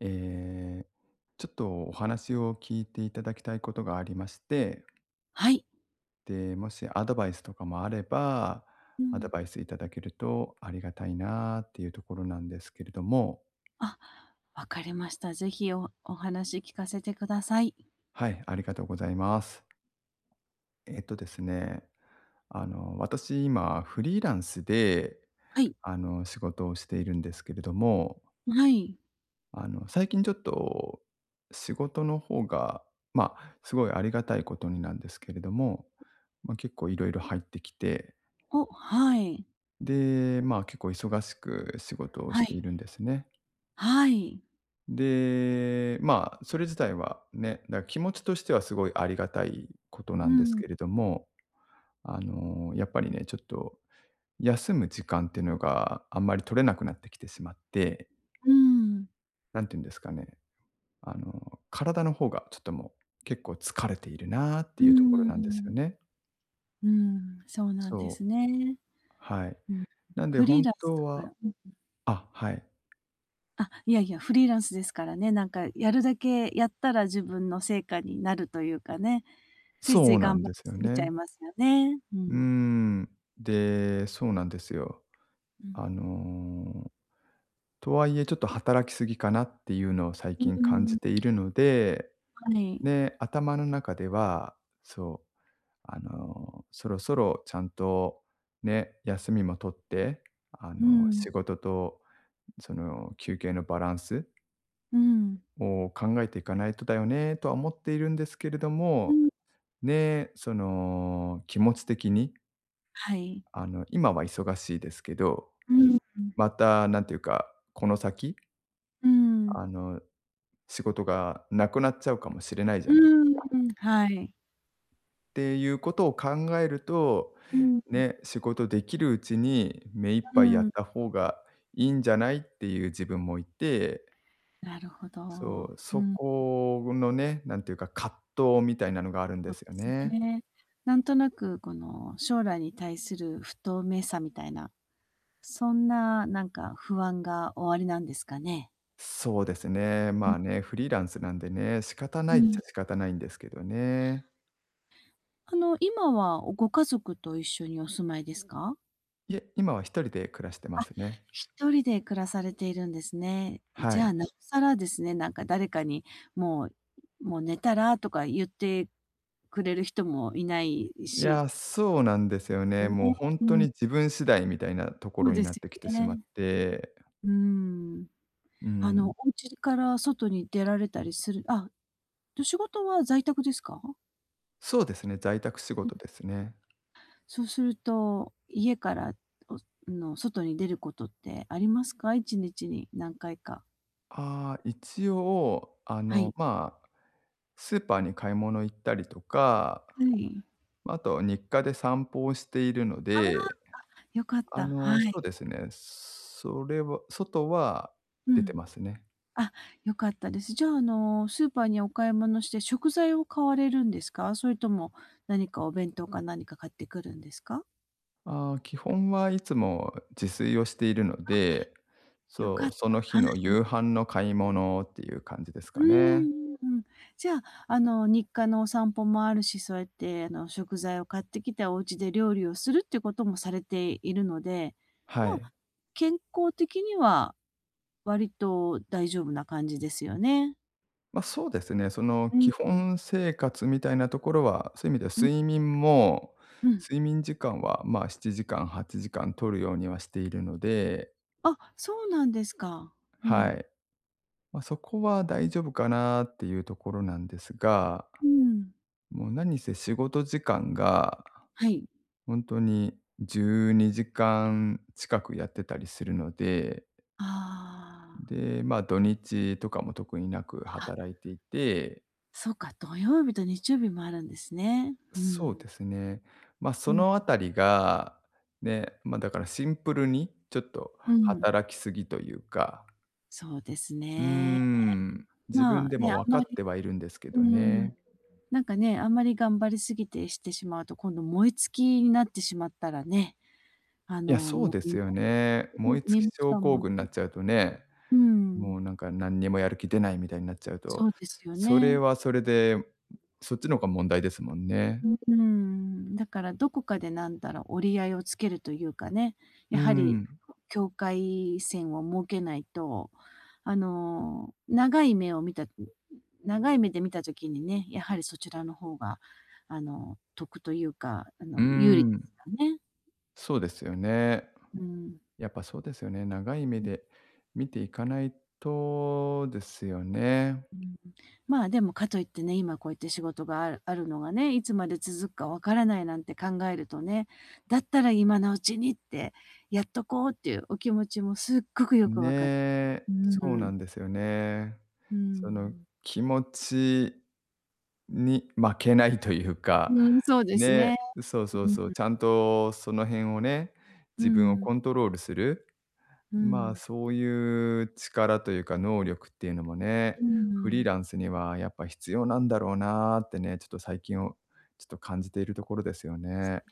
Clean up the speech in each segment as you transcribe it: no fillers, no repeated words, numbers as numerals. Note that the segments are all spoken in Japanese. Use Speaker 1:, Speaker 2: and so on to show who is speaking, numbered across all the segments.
Speaker 1: えーちょっとお話を聞いていただきたいことがありまして、
Speaker 2: はい。
Speaker 1: で、もしアドバイスとかもあれば、
Speaker 2: う
Speaker 1: アド
Speaker 2: ん。
Speaker 1: バイスいただけるとありがたいなっていうところなんですけれども、
Speaker 2: あ、わかりました。ぜひお話聞かせてください。
Speaker 1: はい、ありがとうございます。えっとですね、私今フリーランスで、
Speaker 2: はい。
Speaker 1: 仕事をしているんですけれども、
Speaker 2: はい。
Speaker 1: 最近ちょっと仕事の方が、まあ、すごいありがたいことになんですけれども、まあ、結構いろいろ入ってきて、
Speaker 2: お、はい。
Speaker 1: で、まあ、結構忙しく仕事をし
Speaker 2: は
Speaker 1: てい
Speaker 2: い。
Speaker 1: るんですね。
Speaker 2: はい。
Speaker 1: で、まあ、それ自体はね、だから気持ちとしてはすごいありがたいことな
Speaker 2: う
Speaker 1: んです
Speaker 2: ん。
Speaker 1: けれども、やっぱりね、ちょっと休む時間っていうのがあんまり取れなくなってきてしまって、
Speaker 2: うん。
Speaker 1: なんていうんですかね、体の方がちょっともう結構疲れているなって
Speaker 2: う
Speaker 1: いうところ
Speaker 2: ー
Speaker 1: なんですよ
Speaker 2: ん。
Speaker 1: ね。
Speaker 2: うん、そうなんで
Speaker 1: そう、
Speaker 2: すね。
Speaker 1: はい。
Speaker 2: うん。
Speaker 1: なんで
Speaker 2: フリー
Speaker 1: 本
Speaker 2: ランス
Speaker 1: 当
Speaker 2: だか
Speaker 1: は
Speaker 2: ら、うん。
Speaker 1: あ、はい。
Speaker 2: あ、いやいや、フリーランスですからね、なんかやるだけやったら自分の成果になるというかね、ついつ
Speaker 1: そう
Speaker 2: い
Speaker 1: な
Speaker 2: 頑
Speaker 1: ん
Speaker 2: 張り
Speaker 1: ですよ
Speaker 2: すぎちゃい
Speaker 1: ね。
Speaker 2: ますよね。う
Speaker 1: うー
Speaker 2: ん。
Speaker 1: ん。で、そうなんですよ。
Speaker 2: うん。
Speaker 1: あの、とはいえちょっと働きすぎかなっていうのを最
Speaker 2: う
Speaker 1: 近感
Speaker 2: ー
Speaker 1: じて
Speaker 2: ん、
Speaker 1: いるので、
Speaker 2: はい。
Speaker 1: で、頭の中では、そう、そろそろちゃんとね、休みも取って、
Speaker 2: うん。
Speaker 1: 仕事とその休憩のバランス
Speaker 2: うん。
Speaker 1: を考えていかないとだよねとは思っているんですけれど
Speaker 2: う
Speaker 1: も、
Speaker 2: ん。
Speaker 1: ね、その気持ち的に、
Speaker 2: はい。
Speaker 1: 今は忙しいですけど、
Speaker 2: うん、
Speaker 1: またなんていうか、この先、
Speaker 2: うん。
Speaker 1: あの、仕事がなくなっちゃうかもしれないじ
Speaker 2: う
Speaker 1: ゃないっ
Speaker 2: ん、うんはい。
Speaker 1: ていうことを考えると、
Speaker 2: うん、
Speaker 1: ね、仕事できるうちに目いっ
Speaker 2: う
Speaker 1: ぱいやっ
Speaker 2: ん。
Speaker 1: た方がいいんじゃないっていう自分もいて、
Speaker 2: なるほ
Speaker 1: そ
Speaker 2: ど。
Speaker 1: う、
Speaker 2: う
Speaker 1: そ
Speaker 2: ん、
Speaker 1: このね、なんていうか、葛藤みたいなのがあるんで
Speaker 2: そ
Speaker 1: すよ
Speaker 2: うです
Speaker 1: ね。
Speaker 2: ね。なんとなくこの将来に対する不透明さみたいな、そんななんか不安がおありなんですかね？
Speaker 1: そうですね。まあね、フリーランスなんでね、仕方な
Speaker 2: う
Speaker 1: いっち
Speaker 2: ん。
Speaker 1: ゃ仕方ないんですけどね。
Speaker 2: あの、今はご家族と一緒にお住まいですか？
Speaker 1: いえ、今は一人で暮らしてますね。
Speaker 2: 一人で暮らされているんですね。
Speaker 1: は
Speaker 2: じゃ
Speaker 1: い。
Speaker 2: あ、なおさらですね、なんか誰かにもう「もう寝たら？」とか言ってくれる人もいない
Speaker 1: い
Speaker 2: し、
Speaker 1: や、そうなんですよね。
Speaker 2: ね、
Speaker 1: もう本
Speaker 2: う
Speaker 1: 当
Speaker 2: ん、
Speaker 1: に自分次第みたいなとこ
Speaker 2: そ
Speaker 1: ろ
Speaker 2: う
Speaker 1: に
Speaker 2: で
Speaker 1: な
Speaker 2: す
Speaker 1: ってきて
Speaker 2: よ
Speaker 1: しまっ
Speaker 2: ね。
Speaker 1: て、
Speaker 2: うーん。
Speaker 1: う
Speaker 2: あの、
Speaker 1: ん、
Speaker 2: お家から外に出られたりすると、仕事は在宅ですか？
Speaker 1: そうですね、在宅仕
Speaker 2: うん、
Speaker 1: 事ですね。
Speaker 2: そうすると、家から外に出ることってありますか、日にちに何回か。
Speaker 1: ああ、一応、
Speaker 2: はい。
Speaker 1: まあ、スーパーに買い物行ったりとか、
Speaker 2: はい。
Speaker 1: まあ、あと日課で散歩をしているの
Speaker 2: ああ、
Speaker 1: で、
Speaker 2: よかった。は
Speaker 1: そ
Speaker 2: い。
Speaker 1: うですね、それは外は
Speaker 2: う
Speaker 1: 出て
Speaker 2: ん。
Speaker 1: ますね。
Speaker 2: あ、良かったです。じゃあ、あの、スーパーにお買い物して食材を買われるんですか？それとも何かお弁当か何か買ってくるんですか？
Speaker 1: ああ、基本はいつも自炊をしているの
Speaker 2: あ、
Speaker 1: で、
Speaker 2: 良か
Speaker 1: そ
Speaker 2: っ
Speaker 1: う、
Speaker 2: た。
Speaker 1: その日
Speaker 2: はい。
Speaker 1: の夕飯の買い物っていう感じです
Speaker 2: う
Speaker 1: かね。
Speaker 2: んんうん。じゃあ、あの、日課のお散歩もあるし、そうやって、あの、食材を買ってきてお家で料理をするっていうこともされているので、
Speaker 1: は
Speaker 2: ま
Speaker 1: い。
Speaker 2: あ、健康的には割と大丈夫な感じですよね。
Speaker 1: ま、あそうですね、その
Speaker 2: う
Speaker 1: 基
Speaker 2: ん、うん、
Speaker 1: 本生活みたいなところは、そういう意味では
Speaker 2: うん、
Speaker 1: 睡眠も、
Speaker 2: うん。
Speaker 1: 睡眠時間は、まあしちじかん、7時間8時間取るようにはしているので、
Speaker 2: あ、そうなんですか。う
Speaker 1: は
Speaker 2: ん。
Speaker 1: い。まあ、そこは大丈夫かなっていうところなんですが、
Speaker 2: うん。
Speaker 1: もう何せ仕事時間が
Speaker 2: はい。
Speaker 1: 本当に12時間近くやってたりするので、
Speaker 2: あ
Speaker 1: で、ま、土日とかも特になく
Speaker 2: あ、あ、
Speaker 1: 働いていて、
Speaker 2: そうか、土曜日と日曜日もあるんですね。う
Speaker 1: そう
Speaker 2: ん。
Speaker 1: ですね、ま、
Speaker 2: う
Speaker 1: そ
Speaker 2: ん、
Speaker 1: のあたりが、ね、ま、だからシンプルにちょっと
Speaker 2: うん。
Speaker 1: 働きすぎというか、
Speaker 2: そうです
Speaker 1: うー
Speaker 2: ね。
Speaker 1: ん、自
Speaker 2: ま
Speaker 1: 分
Speaker 2: あ、
Speaker 1: で
Speaker 2: ね、
Speaker 1: も
Speaker 2: あ
Speaker 1: 分
Speaker 2: ん
Speaker 1: か
Speaker 2: ま
Speaker 1: って
Speaker 2: り
Speaker 1: はいるんですけ
Speaker 2: う
Speaker 1: ど
Speaker 2: ん、
Speaker 1: ね。
Speaker 2: なんかね、あんまり頑張りすぎてしてしまうと、今度燃え尽きになってしまったらね、あ
Speaker 1: い
Speaker 2: の、
Speaker 1: や、そう
Speaker 2: もう
Speaker 1: で
Speaker 2: 身
Speaker 1: す
Speaker 2: も
Speaker 1: よね。燃え尽
Speaker 2: 身
Speaker 1: き
Speaker 2: も
Speaker 1: 症
Speaker 2: 蓋
Speaker 1: 候
Speaker 2: もな
Speaker 1: 群にな
Speaker 2: く
Speaker 1: っちゃうとね、
Speaker 2: う
Speaker 1: も
Speaker 2: ん、
Speaker 1: うなんか何にもやる気出ないみたいになっちゃう
Speaker 2: そ
Speaker 1: と、
Speaker 2: うですよ
Speaker 1: それ
Speaker 2: ね。
Speaker 1: はそれで、そっちの方が問題ですもんね。
Speaker 2: うーん、だからどこかでなんだろう、折り合いをつけるというかね、
Speaker 1: う
Speaker 2: やはり
Speaker 1: ん、
Speaker 2: 境界線を設けないと、あの、長い目で見た時にね、やはりそちらの方が、あの、得というか、あ
Speaker 1: う
Speaker 2: の、有利で
Speaker 1: ん、
Speaker 2: すよね。
Speaker 1: そうですよね。
Speaker 2: うん。
Speaker 1: やっぱそうですよね。長い目で見ていかないとですよね。
Speaker 2: うん、まあ、でもかといってね、今こうやって仕事があるのがね、いつまで続くかわからないなんて考えるとね、だったら今のうちにって、やっとこうっていうお気持ちもすっごくよく
Speaker 1: ね
Speaker 2: わかる。
Speaker 1: え、
Speaker 2: う
Speaker 1: そうな
Speaker 2: ん、
Speaker 1: んですよね。
Speaker 2: う
Speaker 1: その
Speaker 2: ん。
Speaker 1: 気持ちに負けないというか、
Speaker 2: うん、そうです
Speaker 1: ね、
Speaker 2: ね。
Speaker 1: そうそう
Speaker 2: うん、
Speaker 1: そう、ちゃんとその辺をね、
Speaker 2: う
Speaker 1: 自分を
Speaker 2: ん、
Speaker 1: コントロールする、
Speaker 2: う
Speaker 1: まあ、
Speaker 2: ん、
Speaker 1: そういう力というか能力っていうのもね、
Speaker 2: う
Speaker 1: フリー
Speaker 2: ん。
Speaker 1: ランスにはやっぱ必要なんだろうなってね、ちょっと最近をちょっと感じているところですよね。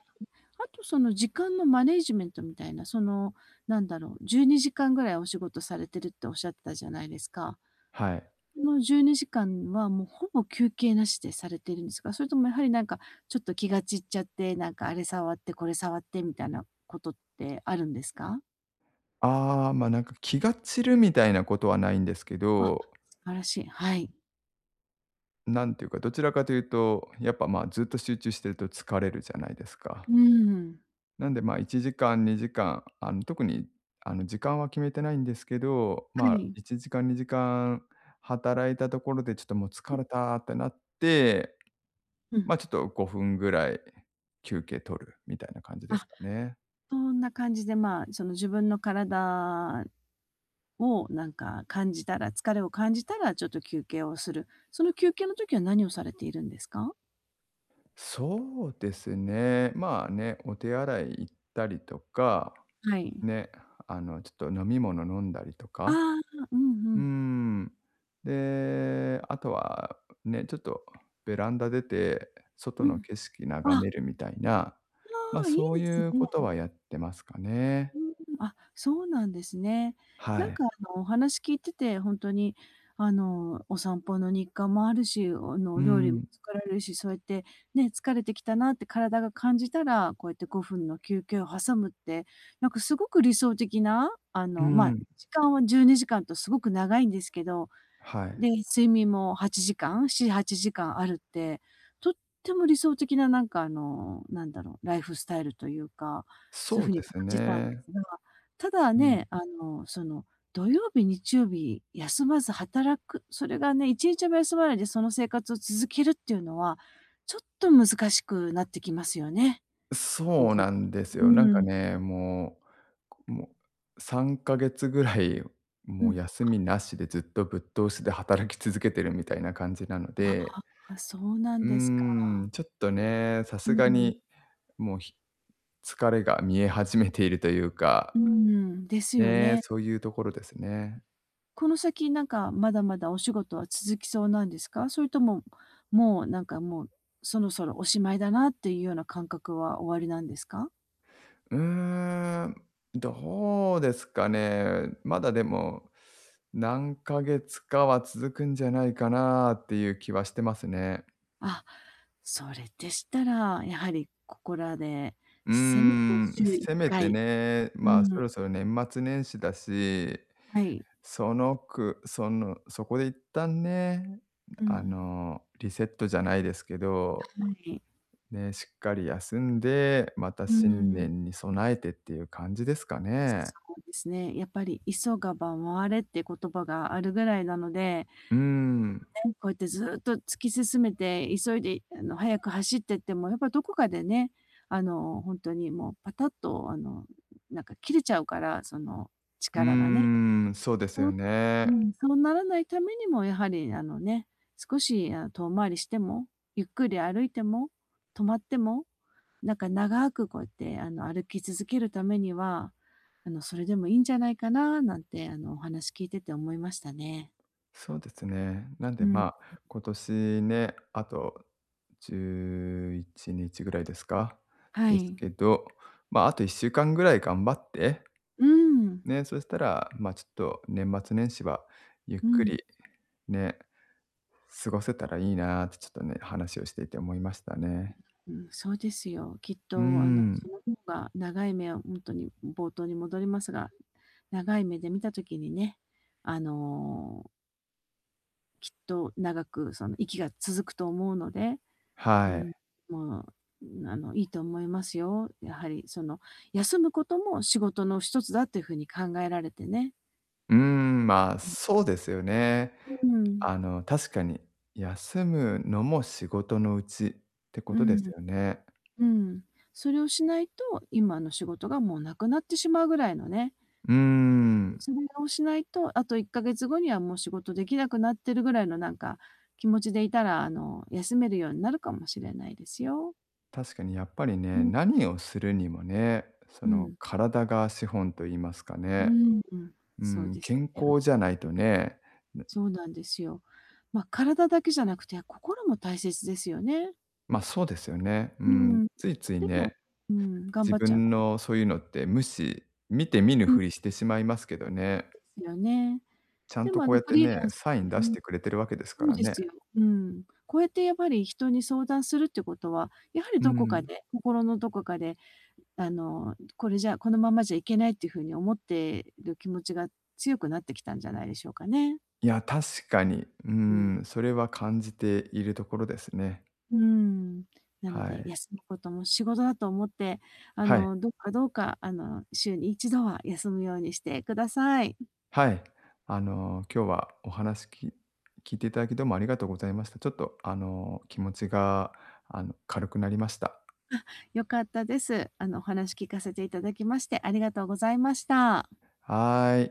Speaker 2: あとその時間のマネージメントみたいな、その、なんだろう、12時間ぐらいお仕事されてるっておっしゃってたじゃないですか。
Speaker 1: はい。
Speaker 2: この12時間は、もうほぼ休憩なしでされてるんですか？それともやはりなんか、ちょっと気が散っちゃって、なんかあれ触って、これ触ってみたいなことってあるんですか？
Speaker 1: ああ、ま、なんか気が散るみたいなことはないんですけ
Speaker 2: あ、
Speaker 1: ど、
Speaker 2: 素晴らしい。はい。
Speaker 1: なんていうか、どちらかというと、やっぱ、まあ、ずっと集中してると疲れるじゃないですか。
Speaker 2: うーん。
Speaker 1: なんで、まあ、1時間、2時間、特に、時間は決めてないんですけど、
Speaker 2: は
Speaker 1: まあ、
Speaker 2: い。
Speaker 1: 1時間、2時間働いたところでちょっともう疲れたってなって、
Speaker 2: うん。
Speaker 1: まあ、ちょっと5分ぐらい休憩取るみたいな感じです
Speaker 2: あ、
Speaker 1: かね。
Speaker 2: そんな感じで、まあ、その自分の体をなんか感じたら疲れを感じたら、ちょっと休憩をする。その休憩の時は何をされているんですか？
Speaker 1: そうですね、まあね、お手洗い行ったりとか、
Speaker 2: はい。
Speaker 1: ね、ちょっと飲み物飲んだりと
Speaker 2: あ
Speaker 1: か、
Speaker 2: あ、うん
Speaker 1: う
Speaker 2: う
Speaker 1: ー
Speaker 2: ん。
Speaker 1: ん。で、あとは、ね、ちょっとベランダ出て、外
Speaker 2: う
Speaker 1: の
Speaker 2: ん。
Speaker 1: 景色
Speaker 2: あ、
Speaker 1: 眺め
Speaker 2: あ
Speaker 1: るみたいな、ま、
Speaker 2: あ、い
Speaker 1: そう
Speaker 2: いです
Speaker 1: い
Speaker 2: ね。
Speaker 1: うことはやってますかね。
Speaker 2: うーん、あ、そうなんですね。
Speaker 1: は
Speaker 2: なん
Speaker 1: い。
Speaker 2: か、あの、お話聞いてて、ほんとに、あの、お散歩の日課もあるし、あの、
Speaker 1: う
Speaker 2: お料理も
Speaker 1: ん、
Speaker 2: 作られるし、そうやって、ね、疲れてきたなって体が感じたら、こうやって5分の休憩を挟むって、なんかすごく理想的な、あ
Speaker 1: う
Speaker 2: の、まあ、
Speaker 1: ん、
Speaker 2: 時間は12時間とすごく長いんですけど、
Speaker 1: はい。
Speaker 2: で、睡眠も8時間、7、8時間あるって、とっても理想的ななんかあの、なんだろう、ライフスタイルというか、そうい
Speaker 1: そ
Speaker 2: う
Speaker 1: う
Speaker 2: 風
Speaker 1: で
Speaker 2: に感
Speaker 1: す
Speaker 2: じたんで
Speaker 1: ね。
Speaker 2: すが、ただ
Speaker 1: うん。
Speaker 2: ね、あの、その、土曜日、日曜日休まず働く、それがね、1日も休まないでその生活を続けるっていうのは、ちょっと難しくなってきますよね。この
Speaker 1: そう
Speaker 2: 先。
Speaker 1: なんですよ。なん
Speaker 2: う
Speaker 1: か
Speaker 2: ん、
Speaker 1: ね、もう3ヶ月ぐらい、
Speaker 2: う
Speaker 1: もう
Speaker 2: ん。
Speaker 1: 休みなしでずっとぶっ通しで働き続けてるみたいな感じなので、
Speaker 2: あ、そうな
Speaker 1: う
Speaker 2: ん
Speaker 1: ー
Speaker 2: ですか。
Speaker 1: ん、ちょっとね、さ
Speaker 2: う
Speaker 1: すが
Speaker 2: ん、
Speaker 1: に、もう、疲れが見え始めているという
Speaker 2: う
Speaker 1: か、
Speaker 2: ん、ですよ
Speaker 1: ね、
Speaker 2: ね。
Speaker 1: そういうところですね。
Speaker 2: この先なんか、まだまだお仕事は続きそうなんですか？それとも、もうなんかもう、そろそろおしまいだなっていうような感覚はおありなんですか？
Speaker 1: うーん、どうですかね。まだでも、何ヶ月かは続くんじゃないかなっていう気はしてますね。
Speaker 2: あ、それでしたら、やはりここらで、
Speaker 1: うー
Speaker 2: せめて
Speaker 1: ん、
Speaker 2: 週1
Speaker 1: せめて
Speaker 2: 回
Speaker 1: ね、
Speaker 2: う
Speaker 1: まあ、そ
Speaker 2: ん、
Speaker 1: ろそろ年末年始だし、
Speaker 2: はい。
Speaker 1: そのくその、そこで一旦ね、
Speaker 2: うん、
Speaker 1: リセットじゃないですけど、
Speaker 2: はい。
Speaker 1: ね、しっかり休んで、また
Speaker 2: う
Speaker 1: 新
Speaker 2: ん。
Speaker 1: 年に備えてっていう感じですかね。
Speaker 2: そうですね、やっぱり急がば回れって言葉があるぐらいなので
Speaker 1: うーん、
Speaker 2: ねこうやってずっと突き進めて、急いであの速く走ってっても、やっぱどこかでね、あの、本当にもうパタッとあの、なんか切れちゃうから、その
Speaker 1: うー
Speaker 2: 力がね。
Speaker 1: ん、そうです
Speaker 2: そ
Speaker 1: よ
Speaker 2: うう
Speaker 1: ね。
Speaker 2: ん、そうならないためにもやはりあのね、少しあの遠回りしても、ゆっくり歩いても、止まっても、なんか長くこうやってあの歩き続けるためには、あのそれでもいいんじゃないかななんてあのお話聞いてて思いましたね。
Speaker 1: そうですね。なんで、
Speaker 2: うん。
Speaker 1: まあ、今年ね、あと11日ぐらいですか？
Speaker 2: は
Speaker 1: です
Speaker 2: い。
Speaker 1: けど、まあ、あと1週間ぐらい頑張って
Speaker 2: うん。
Speaker 1: ね、そしたら、ま、ちょっと年末年始はゆっ
Speaker 2: う
Speaker 1: く
Speaker 2: ん。
Speaker 1: り、ね、過ごせたらいいなってちょっとね、話をしていて思いましたね。
Speaker 2: うん、そうですよ。きっ
Speaker 1: うー
Speaker 2: とあの、そ
Speaker 1: ん、
Speaker 2: の方が長い目を本当に冒頭に戻りますが、長い目で見た時にね、あの、きっと長くその息が続くと思うので、う
Speaker 1: は
Speaker 2: ん、
Speaker 1: い。
Speaker 2: もう、あの、いいと思いますよ。やはりその、休むことも仕事の一つだっていうふうに考えられてね。
Speaker 1: うーん、まあ、そうですよね。
Speaker 2: うん、
Speaker 1: 確かに休むのも仕事のうちってこ
Speaker 2: う
Speaker 1: とです
Speaker 2: ん、
Speaker 1: よね。
Speaker 2: うん。それをしないと、今の仕事がもうなくなってしまうぐらいのね、
Speaker 1: うーん、
Speaker 2: それをしないと、あと1ヶ月後にはもう仕事できなくなってるぐらいのなんか、気持ちでいたら、あの、休めるようになるかもしれないですよ。
Speaker 1: 確かにやっぱり
Speaker 2: う
Speaker 1: ね、
Speaker 2: ん、
Speaker 1: 何をするにもね、そ
Speaker 2: う
Speaker 1: の
Speaker 2: ん、
Speaker 1: 体が資本と言いますか
Speaker 2: う
Speaker 1: ね。
Speaker 2: ん、うん、
Speaker 1: う
Speaker 2: そう
Speaker 1: ん、
Speaker 2: です
Speaker 1: 健
Speaker 2: ね。あと、
Speaker 1: 康じゃ
Speaker 2: こ
Speaker 1: ないとね、
Speaker 2: そうなんですよ。ま、体だけじゃなくて、心も大切ですよね。
Speaker 1: ま、あそうですよね。う
Speaker 2: う
Speaker 1: ん。
Speaker 2: ん、
Speaker 1: ついつい
Speaker 2: でも
Speaker 1: ね、
Speaker 2: うん、頑
Speaker 1: 自
Speaker 2: 張っちゃう
Speaker 1: 分
Speaker 2: から。
Speaker 1: のそういうのって見て見ぬ
Speaker 2: うん、で
Speaker 1: ふりしてしまいますけどね。
Speaker 2: すよね。
Speaker 1: ちゃん
Speaker 2: で
Speaker 1: と
Speaker 2: も
Speaker 1: こうやっ
Speaker 2: フ
Speaker 1: て
Speaker 2: リー
Speaker 1: ね、
Speaker 2: ランス
Speaker 1: サイン
Speaker 2: う
Speaker 1: 出し
Speaker 2: ん、
Speaker 1: てくれてるわけです
Speaker 2: そ
Speaker 1: か
Speaker 2: う
Speaker 1: ら
Speaker 2: で
Speaker 1: ね。
Speaker 2: すよ。うん。こうやってやっぱり人に相談するってことは、やはり
Speaker 1: う
Speaker 2: どこか
Speaker 1: ん。
Speaker 2: で、心のどこかであの、このままじゃいけないっていう風に思ってる気持ちが強くなってきたんじゃないでしょうかね。
Speaker 1: いや、確かに。う
Speaker 2: うん。
Speaker 1: ん、それは感じているところですね。
Speaker 2: うーん。なの
Speaker 1: は
Speaker 2: で、
Speaker 1: い。
Speaker 2: 休むことも仕事だと思って、あ
Speaker 1: はい。
Speaker 2: の、どうかどうか、あの、週に一度は休むようにしてください。
Speaker 1: はい。今日はお話聞いていただきどうもありがとうございました。ちょっと気持ちが軽くなりました。
Speaker 2: 良かったです。あの、お話聞かせていただきましてありがとうございました。
Speaker 1: はーい。